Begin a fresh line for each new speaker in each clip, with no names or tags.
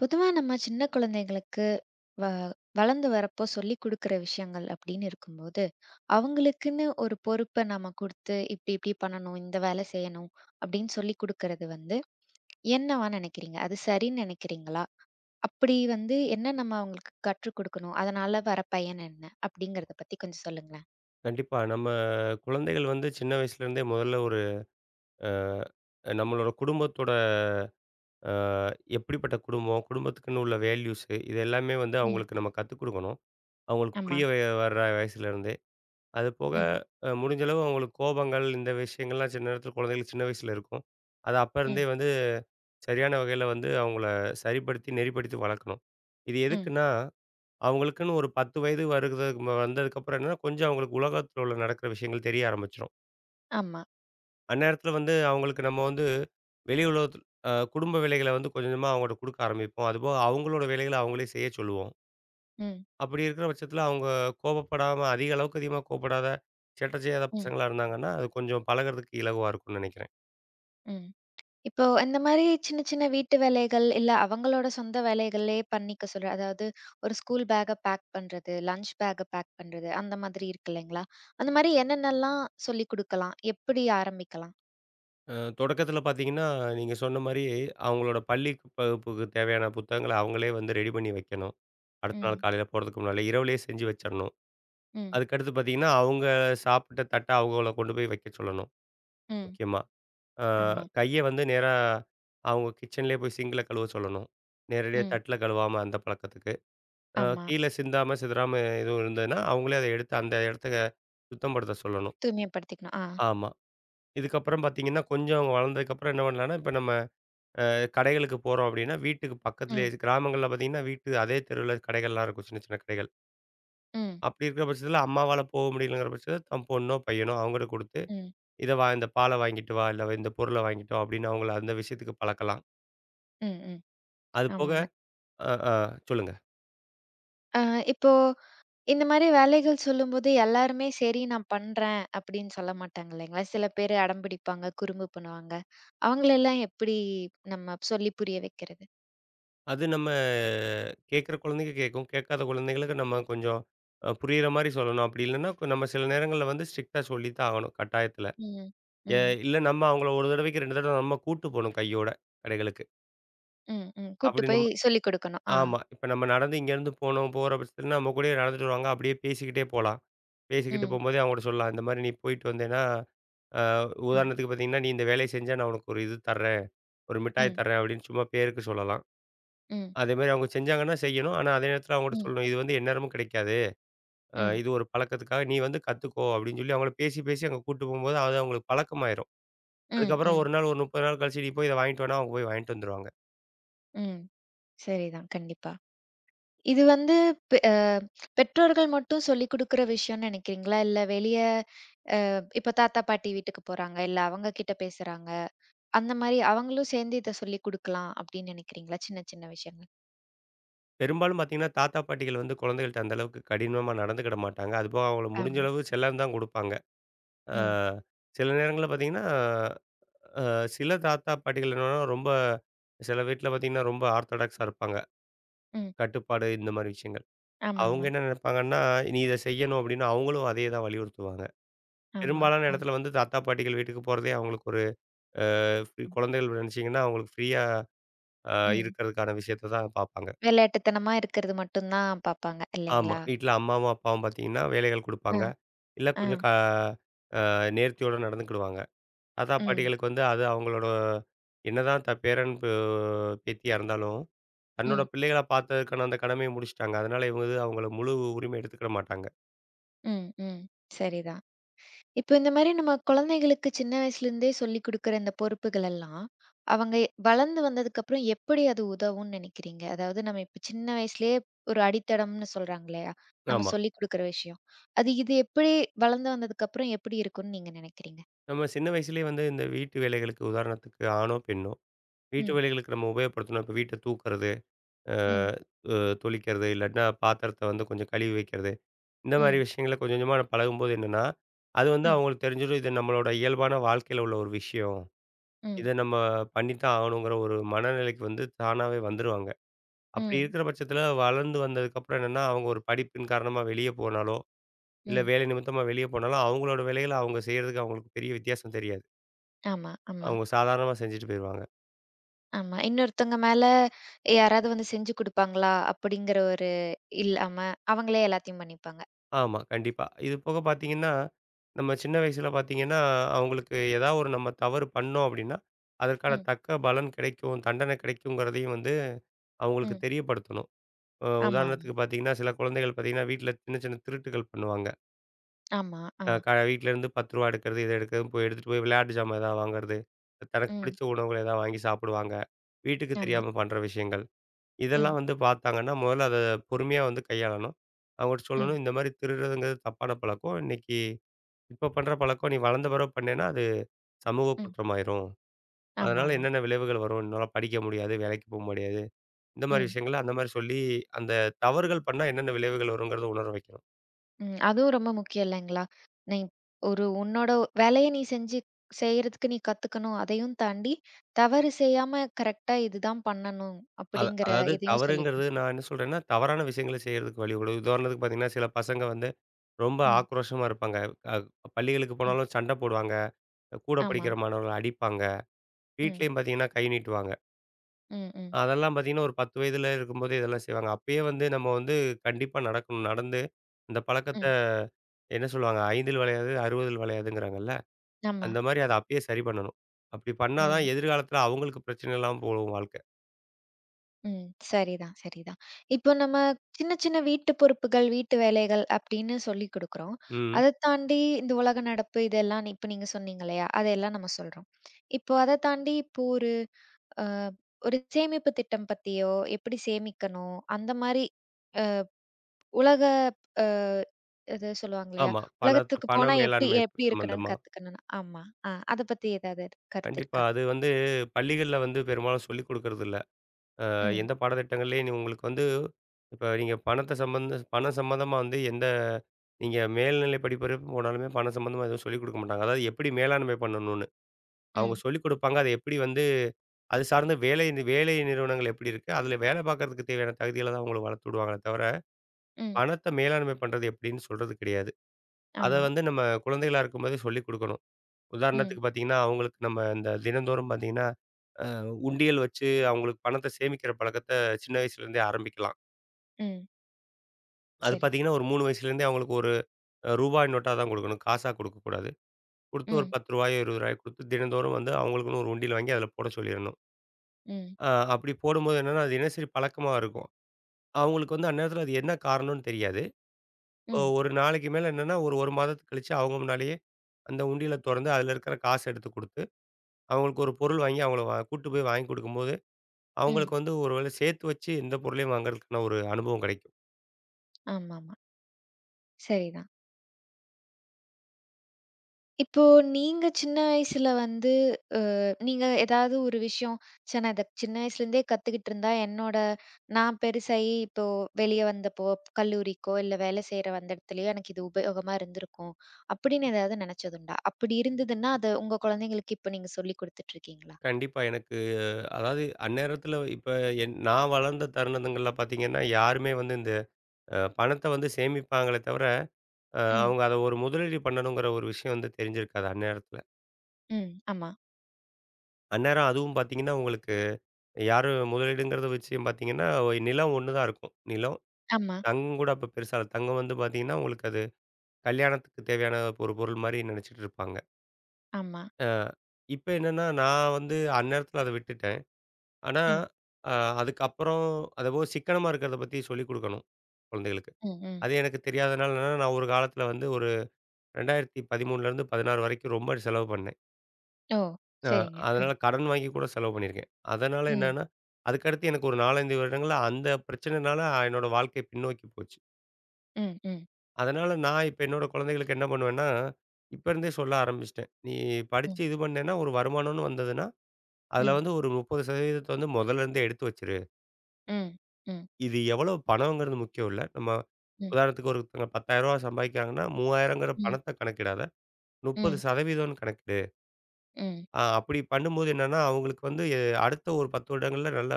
பொதுவா நம்ம சின்ன குழந்தைங்களுக்கு வ வளர்ந்து வரப்போ சொல்லிக் குடுக்குற விஷயங்கள் அப்படின்னு இருக்கும்போது, அவங்களுக்குன்னு ஒரு பொறுப்ப நம்ம குடுத்து, "இப்டி இப்டி பண்ணணும், இந்த வேலை செய்யணும்" அப்படின்னு சொல்லிக் குடுக்கறது வந்து என்னவா நினைக்கிறீங்க? அது சரின்னு நினைக்கிறீங்களா? அப்படி வந்து என்ன நம்ம அவங்களுக்கு கற்றுக் குடுக்கணும்? அதனால வர பயன் என்ன? அப்படிங்கிறத பத்தி கொஞ்சம் சொல்லுங்களேன்.
கண்டிப்பா. நம்ம குழந்தைகள் வந்து சின்ன வயசுலேருந்தே முதல்ல ஒரு நம்மளோட குடும்பத்தோட அ எப்படிப்பட்ட குடும்பம், குடும்பத்துக்குன்னு உள்ள வேல்யூஸு இது எல்லாமே வந்து
ம்.
அவங்களுக்கு நம்ம கத்துக் குடுக்கணும். அவங்களுக்கு
ஆமா.
புரிய வர்ற வயசுலேருந்தே. அது போக
ம்.
முடிஞ்ச அளவு அவங்களுக்கு கோபங்கள் இந்த விஷயங்கள்லாம் சில நேரத்தில குழந்தைகளுக்கு சின்ன வயசுல இருக்கும். அத அப்ப இருந்தே
ம்.
வந்து சரியான வகையில வந்து அவங்கள சரிப்படுத்தி, நெறிப்படுத்தி வளர்க்கணும். இது
ம்.
எதுக்குன்னா, அவங்களுக்குன்னு ஒரு 10 வயது வருகிறதுக்கு வந்ததுக்கப்புறம் என்னன்னா, கொஞ்சம் அவங்களுக்கு உலகத்தில உள்ள நடக்கிற விஷயங்கள் தெரிய ஆரம்பிச்சுரும்.
ஆமா.
அந்நேரத்துல வந்து அவங்களுக்கு நம்ம வந்து வெளி உலகத்துல குடும்ப வேலைகள வந்து கொஞ்சம் கொஞ்சமா அவங்கள்ட்ட குடுக்க ஆரம்பிப்போம். அதுபோக அவங்களோட வேலைகள அவங்களே செய்ய சொல்லுவோம்.
ம்.
அப்படி இருக்கிற பட்சத்துல அவங்க கோபப்படாம அதிக அளவுக்கு அதிகமா கோபப்படாத, சேட்டை செய்யாத
ம்.
பசங்களா இருந்தாங்கன்னா, அது கொஞ்சம் பழகுறதுக்கு இலகுவா இருக்கும்னு நெனைக்கிறேன்.
ம். இப்போ இந்த மாரி சின்ன சின்ன வீட்டு வேலைகள், இல்ல அவங்களோட சொந்த வேலைகளே பண்ணிக்க சொல்றேன். அதாவது ஒரு ஸ்கூல் பேக்க பேக் பண்றது, லஞ்ச் பேக்க பேக் பண்றது, அந்த மாதிரி இருக்கு இல்லைங்களா? அந்த மாரி என்னென்னலாம் சொல்லிக் குடுக்கலாம்? எப்படி ஆரம்பிக்கலாம்?
அ தொடக்கத்துல பாத்தீங்கன்னா, நீங்க சொன்ன மாரி அவங்களோட பள்ளி வகுப்புக்கு தேவையான புத்தகங்கள அவங்களே வந்து ரெடி பண்ணி வைக்கணும். அடுத்த நாள்
ம்,
காலையில போறதுக்கு முன்னால இரவுலயே செஞ்சு வச்சிரணும்.
ம்,
அதுக்கடுத்து பாத்தீங்கன்னா, அவங்க சாப்பிட்ட தட்ட அவங்கள கொண்டு போய் வைக்க சொல்லணும்,
ம்.
முக்கியமா. அ
ஆமா.
கைய வந்து நேரா அவங்க கிச்சன்லேயே போய் சிங்க்ல கழுவ சொல்லணும். நேரடியா
ம்.
தட்ல கழுவாம அந்த பழக்கத்துக்கு.
ஆமா.
கீழ சிந்தாம, சிதறாம எதுவும் இருந்ததுன்னா, அவங்களே அத எடுத்து அந்த இடத்த சுத்தப்படுத்த சொல்லணும்.
தூய்மைப்படுத்திக்கணும். ஆ.
ஆமா. இதுக்கப்புறம் பார்த்தீங்கன்னா, கொஞ்சம் அவங்க வளர்ந்ததுக்கப்புறம் என்ன பண்ணலான்னா, இப்ப நம்ம கடைகளுக்கு போறோம் அப்படின்னா, வீட்டுக்கு பக்கத்திலேயே
ம்,
கிராமங்கள்ல பார்த்தீங்கன்னா, வீட்டு அதே தெருவுல கடைகள்லாம் இருக்கும். சின்ன, சின்ன கடைகள்.
ம்,
அப்படி இருக்கிற பட்சத்தில அம்மாவால போக முடியலங்கிற பட்சத்தில தன் பொண்ணோ, பையனோ அவங்களுக்கு குடுத்து,
ம்,
"இத வா இந்த பால வாங்கிட்டு வா, இல்ல இந்த பொருள வாங்கிட்டு வா" அப்படின்னு அவங்கள அந்த விஷயத்துக்கு பழக்கலாம்.
ம், ம்.
அது போக
ஆமாங்க.
ஆ, ஆ. சொல்லுங்க.
அ இப்போ இந்த மாரி வேலைகள் சொல்லும்போது, எல்லாருமே சரி நான் பண்றேன் அப்படின்னு சொல்ல மாட்டாங்க இல்லைங்களா? சில பேரு அடம் பிடிப்பாங்க, குறும்பு பண்ணுவாங்க. அவங்களெல்லாம் எப்படி நம்ம சொல்லி புரிய வைக்கிறது?
அது நம்ம கேட்குற குழந்தைங்க கேட்கும். கேட்காத குழந்தைங்களுக்கு நம்ம கொஞ்சம் புரியிற மாரி சொல்லணும். அப்படி இல்லன்னா, நம்ம சில நேரங்கள்ல வந்து ஸ்ட்ரிக்ட்டா சொல்லி தான் ஆகணும் கட்டாயத்துல.
ம்.
எ
ம்.
இல்ல நம்ம அவங்கள ஒரு தடவைக்கு 2 தடவ நம்ம கூட்டு போணும் கையோட கடைகளுக்கு.
ம். ம். கூட்டு
அப்படி
போய்
நம்ம
சொல்லிக் குடுக்கணும். ஆ.
ஆமா. இப்ப நம்ம நடந்து இங்கேருந்து போனோம் போற பட்சத்துல நம்ம கூடயே நடந்துட்டு வருவாங்க. அப்படியே பேசிக்கிட்டே போலாம். பேசிக்கிட்டு
ம்.
போம்போதே அவங்ககிட்ட சொல்லலாம். இந்த மாரி நீ போயிட்டு வந்தேன்னா, அ
ம்.
உதாரணத்துக்கு பார்த்தீங்கன்னா, நீ இந்த வேலைய செஞ்சா நான் உனக்கு ஒரு இது தர்றேன். ஒரு மிட்டாய்
ம்.
தர்றேன் அப்படின்னு சும்மா பேருக்கு சொல்லலாம்.
ம்.
அதேமாரி அவங்க செஞ்சாங்கன்னா செய்யணும். ஆனா அதே நேரத்தில அவங்ககிட்ட
ம்.
சொல்லணும். இது வந்து எந்நேரமும் கிடைக்காது.
ம்.
இது ஒரு பழக்கத்துக்காக நீ வந்து கத்துக்கோ அப்படின்னு சொல்லி அவங்கள பேசி, பேசி அங்க கூட்டு போம்போது அது அவங்களுக்கு பழக்கமாயிரும்.
ம்.
அதுக்கப்புறம்
ம்.
ஒரு நாள் ஒரு 30 நாள் கழிச்சு நீ போய் இத வாங்கிட்டு வான்னா, அவங்க போய் வாங்கிட்டு வந்துருவாங்க.
ம். சரிதான். கண்டிப்பா. இது வந்து பெ அ பெற்றோர்கள் மட்டும் சொல்லிக் குடுக்குற விஷயம்னு நெனைக்கிறீங்களா? இல்ல வெளிய இப்ப தாத்தா, பாட்டி வீட்டுக்கு போறாங்க, இல்ல அவங்க கிட்ட பேசுறாங்க. அந்த மாரி அவங்களும் சேர்ந்து இத சொல்லிக் குடுக்கலாம் அப்படின்னு நினைக்கிறீங்களா? சின்ன, சின்ன விஷயங்கள்.
பெரும்பாலும் பார்த்தீங்கன்னா, தாத்தா, பாட்டிகள் வந்து குழந்தைகள்ட்ட அந்த அளவுக்கு கடினமா நடந்துக்கிட மாட்டாங்க. அதுபோக அவங்களுக்கு முடிஞ்ச
ஆமா.
அளவு செல்லம் தான் குடுப்பாங்க. அ
ம்.
சில நேரங்கள்ல பார்த்தீங்கன்னா, அ சில தாத்தா, பாட்டிகள் என்னன்னா ரொம்ப சில வீட்ல பார்த்தீங்கன்னா, ரொம்ப ஆர்த்தடாக்ஸா இருப்பாங்க.
ம்.
கட்டுப்பாடு இந்த மாரி விஷயங்கள்.
ஆமா,
அவங்க
ஆமா.
என்ன நினைப்பாங்கன்னா, "நீ இத செய்யணும்" அப்படின்னு அவங்களும் அதே தான் வலியுறுத்துவாங்க.
ஆமா.
பெரும்பாலான
ஆ.
இடத்துல வந்து தாத்தா, பாட்டிகள் வீட்டுக்கு போறதே அவங்களுக்கு ஒரு அ ஃப்ரீ குழந்தைகள் நினைச்சீங்கன்னா, அவங்களுக்கு ஃப்ரீயா அ
ம்.
இருக்கிறதுக்கான விஷயத்த தான் பார்ப்பாங்க.
விளையாட்டுத்தனமா இருக்கிறது மட்டும் தான் பார்ப்பாங்க
ஆமா.
இல்லைங்களா?
வீட்ல அம்மாவும், அப்பாவும் பார்த்தீங்கன்னா, வேலைகள்
அ,
குடுப்பாங்க. இல்ல
அ.
கொஞ்சம் க அ நேர்த்தியோட நடந்துக்கிடுவாங்க. தாத்தா,
ம்.
பாட்டிகளுக்கு வந்து அது அவங்களோட என்னதான் பேரன், பேத்தியா இருந்தாலும், தன்னோட
ம்.
பிள்ளைகள பார்த்ததுக்கான அந்த கடமைய முடிச்சுட்டாங்க. அதனால இவங்க வந்து அவங்கள முழு உரிமை எடுத்துக்கிட மாட்டாங்க.
ம். ம். சரிதான். இப்போ இந்த மாரி நம்ம குழந்தைகளுக்கு சின்ன வயசுலேருந்தே சொல்லிக் குடுக்குற இந்த பொறுப்புகள் எல்லாம், அவங்க வளர்ந்து வந்ததுக்கப்புறம் எப்படி அது உதவும்னு நினைக்கிறீங்க? அதாவது நம்ம இப்ப சின்ன வயசுலயே ஒரு அடித்தடம்னு சொல்றாங்க இல்லையா? நம்ம
ஆமா.
சொல்லிக் குடுக்குற விஷயம். அது இது எப்படி வளர்ந்து வந்ததுக்கப்புறம் எப்படி இருக்கும்னு நீங்க நினைக்கிறீங்க?
நம்ம சின்ன வயசுலயே வந்து இந்த வீட்டு வேலைகளுக்கு உதாரணத்துக்கு ஆணோ, பெண்ணோ, வீட்டு
ம்,
வேலைகளுக்கு நம்ம உபயோகப்படுத்தணும். இப்ப வீட்ட தூக்குறது, அ
ம்,
அ தொளிக்கிறது, இல்லாட்டினா பாத்திரத்த வந்து கொஞ்சம் கழுவி வைக்கிறது. இந்த மாரி
ம்,
விஷயங்கள கொஞ்சம் கொஞ்சமா பழகும்போது என்னன்னா, அது வந்து
ம்,
அவங்களுக்கு தெரிஞ்சிடும். இது நம்மளோட இயல்பான வாழ்க்கையில உள்ள ஒரு விஷயம்.
ம்,
இத நம்ம பண்ணித்தான் ஆகணுங்கிற ஒரு மனநிலைக்கு வந்து தானாவே வந்துருவாங்க. அப்படி
ம்,
இருக்கிற பட்சத்தில வளர்ந்து வந்ததுக்கப்புறம் என்னன்னா, அவங்க ஒரு படிப்பின் காரணமா வெளிய போனாலோ, இல்ல
ம்.
வேலை நிமித்தமா வெளிய போனாலோ, அவங்களோட வேலைகள அவங்க செய்றதுக்கு அவங்களுக்கு பெரிய வித்தியாசம் தெரியாது.
ஆமா, ஆமா,
அவங்க சாதாரணமா செஞ்சுட்டு போயிருவாங்க.
ஆமா. இன்னொருத்தவங்க மேல யாராவது வந்து செஞ்சு குடுப்பாங்களா? அப்படிங்கிற ஒரு இல்லாம அவங்களே எல்லாத்தையும் பண்ணிப்பாங்க.
ஆமா, கண்டிப்பா. இது போக பார்த்தீங்கன்னா, நம்ம சின்ன வயசுல பார்த்தீங்கன்னா, அவங்களுக்கு ஏதாவது ஒரு நம்ம தவறு பண்ணோம் அப்டின்னா, அதற்கான
ம்,
தக்க பலன் கிடைக்கும், தண்டனை கிடைக்குங்கிறதையும் வந்து அவங்களுக்கு
ம்.
தெரியப்படுத்தணும்.
ஆமாமா.
உதாரணத்துக்கு பார்த்தீங்கன்னா, சில குழந்தைகள் பார்த்தீங்கன்னா, வீட்ல சின்ன சின்ன திருட்டுகள் பண்ணுவாங்க.
ஆமா. ஆ.
அ க வீட்லேருந்து ரூ. 10 எடுக்கிறது, இத எடுக்கிறது போய் எடுத்துட்டு போய் விளையாட்டு ஜாமான் ஏதாவது வாங்குறது, தனக்கு
ம்.
பிடிச்ச உணவுகள் ஏதாவது வாங்கி சாப்பிடுவாங்க. வீட்டுக்கு
ஆமா.
தெரியாம பண்ற விஷயங்கள்.
ம்.
இதெல்லாம் வந்து பார்த்தாங்கன்னா, முதல்ல அத பொறுமையா வந்து கையாளணும். அவங்கட்ட
ம்.
சொல்லணும், இந்த மாரி திருடுறதுங்கிறது தப்பான பழக்கம். இன்னைக்கு இப்ப பண்ற பழக்கம் நீ வளர்ந்த பிறகு பண்ணேன்னா, அது சமூக
ம்.
குற்றமாயிரும். அதனால
ஆமாமா.
என்னென்ன விளைவுகள் வரும்? உன்னால படிக்க முடியாது, வேலைக்கு போ முடியாது. இந்த மாரி
ம்.
விஷயங்கள அந்த மாரி சொல்லி, அந்த தவறுகள் பண்ணா என்னென்ன விளைவுகள் வருங்கிறத உணர வைக்கணும்.
ம். அதுவும் ரொம்ப முக்கியம் இல்லைங்களா? நீ ஒரு உன்னோட வேலைய நீ செஞ்சு செய்றதுக்கு நீ கத்துக்கணும். அதையும் தாண்டி தவறு செய்யாம கரெக்ட்டா இதுதான் பண்ணணும் அப்படிங்கிற
அதாவது
இதையும் சொல்லிக்
தவறுங்கிறது
குடுக்கணும்.
நான் என்ன சொல்றேன்னா, தவறான விஷயங்கள செய்றதுக்கு வழிவிடும். உதாரணத்துக்கு பார்த்தீங்கன்னா, சில பசங்க வந்து ரொம்ப
ம்.
ஆக்ரோஷமா இருப்பாங்க. அ பள்ளிகளுக்கு
ம்.
போனாலும் சண்டை போடுவாங்க. கூட
ஆமா.
படிக்கிற மாணவர்கள அடிப்பாங்க.
ம்.
வீட்லயும் பார்த்தீங்கன்னா, கை நீட்டுவாங்க.
ம். ம்.
அதெல்லாம் பார்த்தீங்கன்னா, ஒரு 10 வயதில இருக்கும்போதே இதெல்லாம் செய்வாங்க. அப்பயே வந்து நம்ம வந்து கண்டிப்பா நடக்கணும். நடந்து அந்த பழக்கத்த
ம்.
என்ன சொல்லுவாங்க? 5 வளையாது, 60 வளையாதுங்கிறாங்கல்ல.
ஆமா.
அந்த மாரி அத அப்பயே சரி பண்ணணும். அப்படி பண்ணா தான்
ம்.
எதிர்காலத்தில அவங்களுக்கு பிரச்சனை இல்லாம போகும் வாழ்க்கை.
ம். சரிதான், சரிதான். இப்போ நம்ம சின்ன சின்ன வீட்டு பொறுப்புகள், வீட்டு வேலைகள் அப்படின்னு சொல்லிக் குடுக்குறோம்.
ம்.
அதத் தாண்டி இந்த உலக நடப்பு இதெல்லாம் இப்ப நீங்க சொன்னீங்க இல்லையா? அதையெல்லாம் நம்ம சொல்றோம். இப்போ அதத் தாண்டி இப்போ ஒரு அ ஒரு சேமிப்பு திட்டம் பத்தியோ, எப்படி சேமிக்கணும், அந்த மாரி அ உலக அ இது சொல்லுவாங்க இல்லையா?
ஆமா. பணத்த
உலகத்துக்குப்
பண
போனா எப்படி
மேலாண்மை
எப்படி இருக்கணும்னு
சம்மந்தமா.
கத்துக்கணும்னு. ஆமா. ஆ அதப் பத்தி ஏதாவது கருத்து
கண்டிப்பா.
இருக்கா?
அது வந்து பள்ளிகள்ல வந்து பெரும்பாலும் சொல்லிக் குடுக்கறதில்ல.
ம்,
எந்த பாடத்திட்டங்கள்லேயும் நீ உங்களுக்கு வந்து இப்போ நீங்கள் பணத்தை சம்பந்த பணம் சம்மந்தமாக வந்து எந்த நீங்கள் மேல்நிலை படிப்பு போனாலுமே பணம் சம்மந்தமாக எதுவும் சொல்லிக் கொடுக்க மாட்டாங்க அதாவது எப்படி மேலாண்மை பண்ணணும்னு அவங்க
ம்,
சொல்லிக் கொடுப்பாங்க அதை எப்படி வந்து அது சார்ந்த வேலை வேலை நிறுவனங்கள் எப்படி இருக்குது அதில் வேலை பார்க்கறதுக்கு தேவையான தகுதிகளை தான் அவங்களை வளர்த்து விடுவாங்களே தவிர
ம்.
பணத்தை மேலாண்மை பண்ணுறது எப்படின்னு சொல்கிறது கிடையாது அதை
ஆமா.
வந்து நம்ம குழந்தைகளாக இருக்கும்போதே சொல்லிக் கொடுக்கணும்
ம்,
உதாரணத்துக்கு பார்த்தீங்கன்னா அவங்களுக்கு நம்ம இந்த தினந்தோறும் பார்த்தீங்கன்னா உண்டியல் வச்சு அவங்களுக்கு பணத்தை சேமிக்கிற பழக்கத்தை சின்ன வயசுலேருந்தே ஆரம்பிக்கலாம்
ம்.
அது
சரி.
பார்த்தீங்கன்னா, ஒரு 3 வயசுலேருந்தே அவங்களுக்கு ஒரு ரூபாய் நோட்டா தான் குடுக்கணும். காசா குடுக்கக்கூடாது. குடுத்து ஒரு ரூ.
ம்.
10 ரூ. 20 குடுத்து தினந்தோறும் வந்து அவங்களுக்குன்னு ஒரு உண்டியல் வாங்கி அதில போட சொல்லிரணும்.
ம்.
அப்படி போடும்போது என்னன்னா, அது தினசரி பழக்கமா இருக்கும். அவங்களுக்கு வந்து அந்நேரத்தில அது என்ன காரணம்னு தெரியாது.
ம்.
ஒரு நாளைக்கு மேல என்னன்னா, ஒரு 1 மாதத்துக்கு கழிச்சு அவங்க முன்னாலேயே அந்த உண்டியல தொறந்து அதில இருக்கிற காச எடுத்து குடுத்து, அவங்களுக்கு ஒரு பொருள் வாங்கி அவங்கள கூட்டு போய் வாங்கி குடுக்கும்போது,
ம்.
அவங்களுக்கு வந்து ஒரு வேளை சேர்த்து வச்சு எந்த பொருளையும் வாங்குறதுக்கான ஒரு அனுபவம் கிடைக்கும்.
ஆமாமா. சரிதான். இப்போ நீங்க சின்ன வயசுல வந்து அ நீங்க ஏதாவது ஒரு விஷயம், நான் இத சின்ன வயசுலேருந்தே கத்துக்கிட்டு இருந்தா, நான் பெருசாயி இப்போ வெளிய வந்தப்போ, கல்லூரிக்கோ, இல்ல வேலை செய்ற அந்த இடத்துலயோ எனக்கு இது உபயோகமா இருந்திருக்கும். அப்படின்னு ஏதாவது நெனச்சதுண்டா? அப்படி இருந்ததுன்னா, அத உங்க குழந்தைங்களுக்கு இப்ப நீங்க சொல்லிக் குடுத்துட்டுருக்கீங்களா?
கண்டிப்பா எனக்கு அதாவது அந்நேரத்துல இப்ப நான் வளர்ந்த தருணங்கள்ல பார்த்தீங்கன்னா, யாருமே வந்து இந்த பணத்த வந்து சேமிப்பாங்களே தவிர,
ம்.
அவங்க அத ஒரு முதலீடு பண்ணணுங்கிற ஒரு விஷயம் வந்து தெரிஞ்சிருக்காது அந்நேரத்துல.
ம். ஆமா.
அந்நேரம் அதுவும் பார்த்தீங்கன்னா, உங்களுக்கு யாரும் முதலீடுங்கிறது விஷயம் பார்த்தீங்கன்னா, நிலம் ஒண்ணு தான் இருக்கும். நிலம்,
ஆமா.
தங்கம் கூட அப்ப பெருசா இல்ல. தங்கம் வந்து பார்த்தீங்கன்னா, உங்களுக்கு அது கல்யாணத்துக்கு தேவையான ஒரு பொருள் மாரி நெனச்சிட்டு இருப்பாங்க.
ஆமா.
அ இப்ப என்னன்னா, நான் வந்து அந்நேரத்துல அத விட்டுட்டேன். ஆனா,
ம்.
அ அதுக்கப்புறம் அதபோல சிக்கனமா இருக்கிறத பத்தி சொல்லிக் குடுக்கணும், குழந்தைகளுக்கு.
ம். ம்.
அது எனக்கு தெரியாதனால என்னன்னா, நான் ஒரு காலத்தில வந்து ஒரு 2013 16 வரைக்கும் ரொம்ப செலவு பண்ணேன்.
ஓ!
அ
சரிங்க.
அதனால கடன் வாங்கி கூட செலவு பண்ணியிருக்கேன். அதனால
ம்.
என்னன்னா, அதுக்கடுத்து எனக்கு ஒரு 4, 5 வருடங்கள்ல அந்த பிரச்சனைனால என்னோட வாழ்க்கை பின்னோக்கி போச்சு.
ம். ம்.
அதனால நான் இப்ப என்னோட குழந்தைகளுக்கு என்ன பண்ணுவேன்னா, இப்ப இருந்தே சொல்ல ஆரம்பிச்சுட்டேன். "நீ படிச்சு
ம்.
இது பண்ணேன்னா, ஒரு வருமானம்னு வந்ததுன்னா,
ம்.
அதில
ம்.
வந்து ஒரு 30% வந்து முதல்ல இருந்தே எடுத்து வச்சுரு.
ம். ம்.
இது எவ்வளவு பணங்கிறது முக்கியம் இல்ல. நம்ம
ம்.
உதாரணத்துக்கு ஒருத்தவங்க ரூ. 10,000 சம்பாதிக்கிறாங்கன்னா, 3000ங்கிற
ம்.
பணத்த கணக்கிடாத.
ம்.
30% கணக்கிடு.
ம்.
அப்படி பண்ணும்போது என்னன்னா, அவங்களுக்கு வந்து அடுத்த ஒரு 10 வருடங்கள்ல நல்ல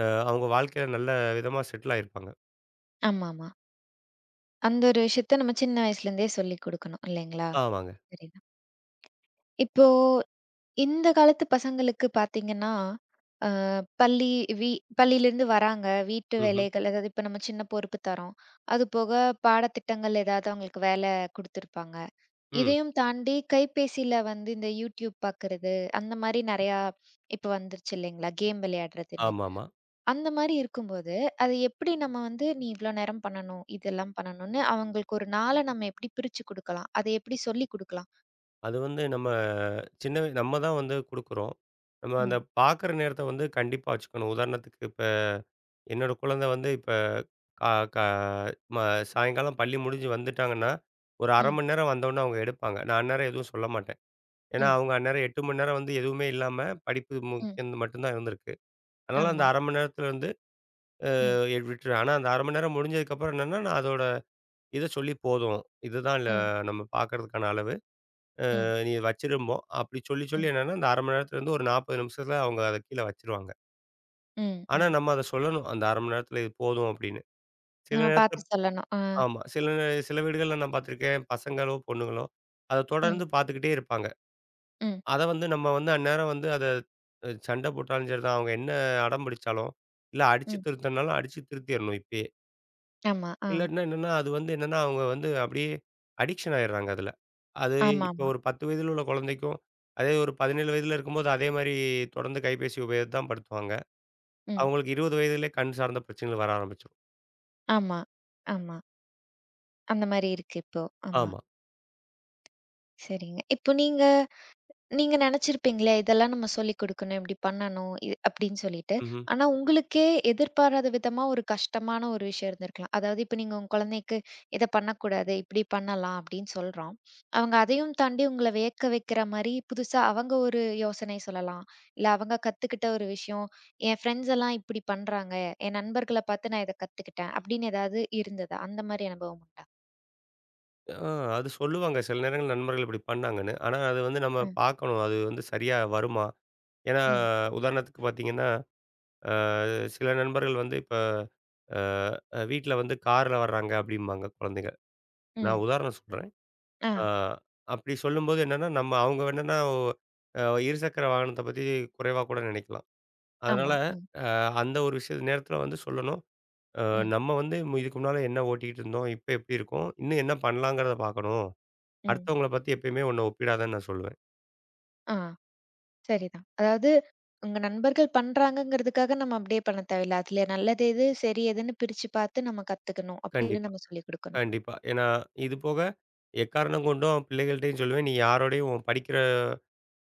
அ அவங்க வாழ்க்கையில நல்ல விதமா செட்டில் ஆயிருப்பாங்க.
ஆமாமா. அந்த ஒரு விஷயத்த நம்ம சின்ன வயசுலேருந்தே சொல்லிக் குடுக்கணும் இல்லைங்களா?
ஆமாங்க.
சரிதான். இப்போ இந்த காலத்து பசங்களுக்கு பார்த்தீங்கன்னா, அ பள்ளி வீ பள்ளியிலேருந்து வராங்க. வீட்டு
ம்ஹ்ம்.
வேலைகள் அதாவது இப்ப நம்ம சின்ன பொறுப்பு தரோம். அது போக பாடத்திட்டங்கள் ஏதாவது அவங்களுக்கு வேல குடுத்துருப்பாங்க.
ம்.
இதையும் தாண்டி கைபேசியில வந்து இந்த YouTube பார்க்கறது, அந்த மாரி நெறையா இப்ப வந்துருச்சு இல்லைங்களா? கேம் விளையாடுறதுன்னு.
ஆமாமா.
அந்த மாரி இருக்கும்போது, அது எப்படி நம்ம வந்து நீ இவ்ளோ நேரம் பண்ணணும், இதெல்லாம் பண்ணணும்னு அவங்களுக்கு ஒரு நாள நம்ம எப்படி பிரிச்சு குடுக்கலாம்? அதை எப்படி சொல்லிக் குடுக்கலாம்?
அது வந்து நம்ம சின்ன வய நம்ம தான் வந்து குடுக்குறோம். நம்ம அந்த
ம்,
பாக்குற நேரத்த வந்து கண்டிப்பா வச்சுக்கணும். உதாரணத்துக்கு இப்ப என்னோட குழந்தை வந்து இப்ப கா கா ம சாயங்காலம் பள்ளி முடிஞ்சு வந்துட்டாங்கன்னா, ஒரு 1/2
ம்,
மணி நேரம் வந்தோனே அவங்க எடுப்பாங்க. நான் அந்நேரம் எதுவும் சொல்ல மாட்டேன். ஏன்னா
ம்,
அவங்க அந்நேரம் 8 மணி நேரம் வந்து எதுவுமே இல்லாம படிப்பு
ம்.
முக்கியம்னு மட்டும் தான் இருந்திருக்கு. அதனால அந்த
ஆமா.
1/2 மணி நேரத்துல இருந்து
ம்,
எ விட்டுருவேன். ஆனா அந்த 1/2 மணி நேரம் முடிஞ்சதுக்கப்புறம் என்னன்னா, நான் அதோட இத சொல்லி போதும். இதுதான்
ம்,
நம்ம பார்க்கறதுக்கான அளவு.
ம்,
நீ வச்சிரும்போம். அப்படி சொல்லி,
ம்,
சொல்லி என்னன்னா, அந்த 1/2 மணி நேரத்துல இருந்து ஒரு 40 நிமிஷத்துல அவங்க அத கீழ வச்சுருவாங்க.
ம்,
ஆனா
ம்.
நம்ம அத சொல்லணும். அந்த 1/2 மணி நேரத்துல இது போதும் அப்படின்னு. சில
நம்ம
நேரத்துல
பார்த்து சொல்லணும். ஆ.
ஆமா. சில சில வீடுகள்ல நான் பார்த்துருக்கேன். பசங்களோ, பொண்ணுங்களோ அத
ம்,
தொடர்ந்து பார்த்துக்கிட்டே இருப்பாங்க.
ம்,
அத வந்து நம்ம வந்து அந்நேரம் வந்து அத சண்டை போட்டாலும் சரிதான், அவங்க என்ன அடம் பிடிச்சாலும், இல்ல அடிச்சு
ம்.
திருத்துனாலும் அடிச்சு திருத்திரணும் இப்பயே.
ஆமா. ஆ.
இல்லாட்டினா என்னன்னா, அது வந்து என்னன்னா, அவங்க வந்து அப்படியே அடிக்ஷன் ஆயிடுறாங்க அதுல. அது இப்போ
ஆமாமா.
ஒரு 10 வயதில உள்ள குழந்தைக்கும், அதே ஒரு 17 வயதில இருக்கும்போது அதே மாரி தொடர்ந்து கைபேசி உபயோகத்த தான் படுத்துவாங்க.
ம்.
அவங்களுக்கு 20 வயதிலே கண் சார்ந்த பிரச்சனைகள் வர ஆரம்பிச்சுரும்.
ஆமா, ஆமா. அந்த மாரி இருக்கு இப்போ. ஆமா.
ஆமா.
சரிங்க. இப்போ நீங்க நீங்க நெனச்சிருப்பீங்களே, இதெல்லாம் நம்ம சொல்லிக் குடுக்கணும், இப்படி பண்ணணும், அப்படின்னு சொல்லிட்டு.
ம்ஹ்ம்.
ஆனா உங்களுக்கே எதிர்பாராத விதமா ஒரு கஷ்டமான ஒரு விஷயம் இருந்திருக்கலாம். அதாவது இப்ப நீங்க உங்க குழந்தைக்கு, "இத பண்ணக்கூடாது, இப்படி பண்ணலாம்" அப்படின்னு சொல்றோம். அவங்க அதையும் தாண்டி உங்கள வியக்க வைக்கிற மாரி, புதுசா அவங்க ஒரு யோசனை சொல்லலாம். இல்ல அவங்க கத்துக்கிட்ட ஒரு விஷயம், "என் ஃப்ரெண்ட்ஸ் எல்லாம் இப்படி பண்றாங்க. என் நண்பர்கள பார்த்து நான் இத கத்துக்கிட்டேன்" அப்படின்னு ஏதாவது இருந்ததா? அந்த மாரி அனுபவம் உண்டா?
ஆ அது சொல்லுவாங்க சில நேரங்கள் நண்பர்கள் இப்படி பண்ணாங்கன்னு. ஆனா அது வந்து நம்ம
ம்.
பார்க்கணும். அது வந்து சரியா வருமா? ஏன்னா
ம்.
உதாரணத்துக்கு பார்த்தீங்கன்னா, அ சில நண்பர்கள் வந்து இப்ப வீட்ல வந்து கார்ல வர்றாங்க அப்படிம்பாங்க குழந்தைங்க. நான்
ம்.
உதாரணம் சொல்றேன்.
ஆ.
ஆ, அப்படி சொல்லும்போது என்னன்னா, நம்ம அவங்க என்னன்னா இருசக்கர வாகனத்த பத்தி குறைவா கூட நினைக்கலாம். அதனால
ஆமா. ம்.
அ அந்த ஒரு விஷயத்து நேரத்தில வந்து சொல்லணும். அ
ம்.
நம்ம வந்து இதுக்கு முன்னால என்ன ஓட்டிக்கிட்டு இருந்தோம், இப்ப எப்படி இருக்கோம், இன்னும் என்ன பண்ணலாங்கிறத பார்க்கணும்.
ம்.
அடுத்தவங்கள பத்தி எப்பயுமே உன்ன ஒப்பிடாதன்னு நான் சொல்லுவேன்.
ஆ. சரிதான். அதாவது உங்க நண்பர்கள் பண்றாங்கங்கிறதுக்காக நம்ம அப்படியே பண்ண தேவையில்ல. அதுல நல்லது எது, சரி எதுன்னு பிரிச்சு பார்த்து நம்ம கத்துக்கணும். அப்படின்னு
கண்டிப்பா,
நம்ம சொல்லிக் குடுக்கணும்.
கண்டிப்பா. ஏன்னா, இது போக எக்காரணம் கொண்டும் பிள்ளைகள்ட்டயும் சொல்லுவேன், நீ யாரோடையும் உன் படிக்கிற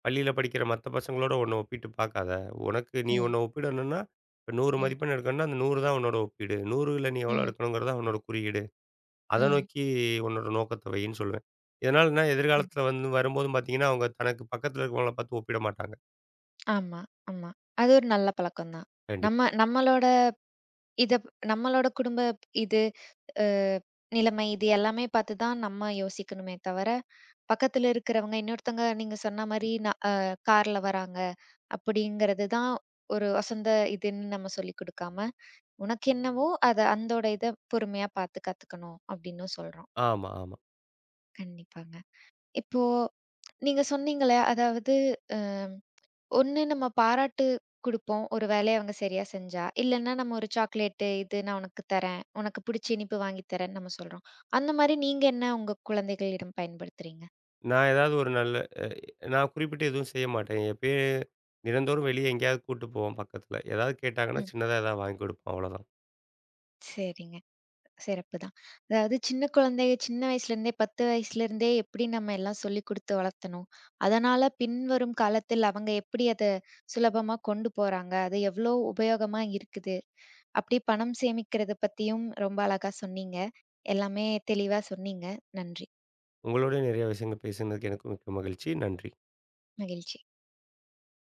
பள்ளியில படிக்கிற மத்த பசங்களோட உன்ன ஒப்பிட்டு பார்க்காத. உனக்கு நீ
ம்,
உன்ன ஒப்பிடணும்னா, இப்ப 100
ம்,
மதிப்பெண் எடுக்கணும்னா, அந்த 100 தான் உன்னோட ஒப்பீடு. 100ல நீ எவ்வளோ
ம்,
எடுக்கணுங்கிறது தான் உன்னோட குறியீடு. அத
ம்,
நோக்கி உன்னோட நோக்கத்த வைன்னு சொல்லுவேன். இதனால என்ன
ம்.
எதிர்காலத்துல வந்து வரும்போதும் பார்த்தீங்கன்னா, அவங்க தனக்கு பக்கத்துல இருக்கிறவங்கள பார்த்து ஒப்பிட மாட்டாங்க.
ஆமா, ஆமா. அது ஒரு நல்ல பழக்கம் தான்.
கண்டிப்பா.
நம்ம நம்மளோட இத நம்மளோட குடும்ப இது அ நிலைமை இது எல்லாமே பார்த்து தான் நம்ம யோசிக்கணுமே தவிர, பக்கத்துல இருக்கிறவங்க இன்னொருத்தவங்க நீங்க சொன்ன மாரி ந அ கார்ல வராங்க அப்படிங்கிறது தான் ஒரு இதுன்னு நம்ம சொல்லிக் குடுக்காம உனக்கு என்னவோ அத அந்தோட இத பொறுமையா பார்த்து கத்துக்கணும் அப்படின்னு சொல்றோம்.
ஆமா, ஆமா.
கண்டிப்பாங்க. இப்போ நீங்க சொன்னீங்களே, அதாவது அ ஒண்ணு நம்ம பாராட்டு குடுப்போம். ஒரு வேலைய அவங்க சரியா செஞ்சா, இல்லன்னா நம்ம ஒரு சாக்லேட்டு இது நான் உனக்கு தரேன். உனக்கு பிடிச்ச இனிப்பு வாங்கி தரேன்னு நம்ம சொல்றோம். அந்த மாரி நீங்க என்ன உங்க குழந்தைகளிடம் பயன்படுத்துறீங்க?
நான் ஏதாவது ஒரு நல்ல அ நான் குறிப்பிட்டு எதுவும் செய்ய மாட்டேன். எப்பயே தினந்தோறும் வெளிய எங்கேயாவது கூட்டு போவோம் பக்கத்துல. ஏதாவது கேட்டாங்கன்னா,
ம்.
சின்னதா ஏதாவது வாங்கி கொடுப்போம் அவ்வளோதான்.
சரிங்க. சிறப்புதான். அதாவது சின்ன குழந்தை சின்ன வயசுலேருந்தே 10 வயசுலேருந்தே எப்படி நம்ம எல்லாம் சொல்லிக் குடுத்து வளர்த்தணும். அதனால பின்வரும் காலத்தில் அவங்க எப்படி அத சுலபமா கொண்டு போறாங்க. அது எவ்ளோ உபயோகமா இருக்குது. அப்படி பணம் சேமிக்கிறத பத்தியும் ரொம்ப அழகா சொன்னீங்க. எல்லாமே தெளிவா சொன்னீங்க. நன்றி.
உங்களோட நிறைய விஷயங்கள் பேசினதுக்கு எனக்கும் மிக்க மகிழ்ச்சி. நன்றி.
மகிழ்ச்சி.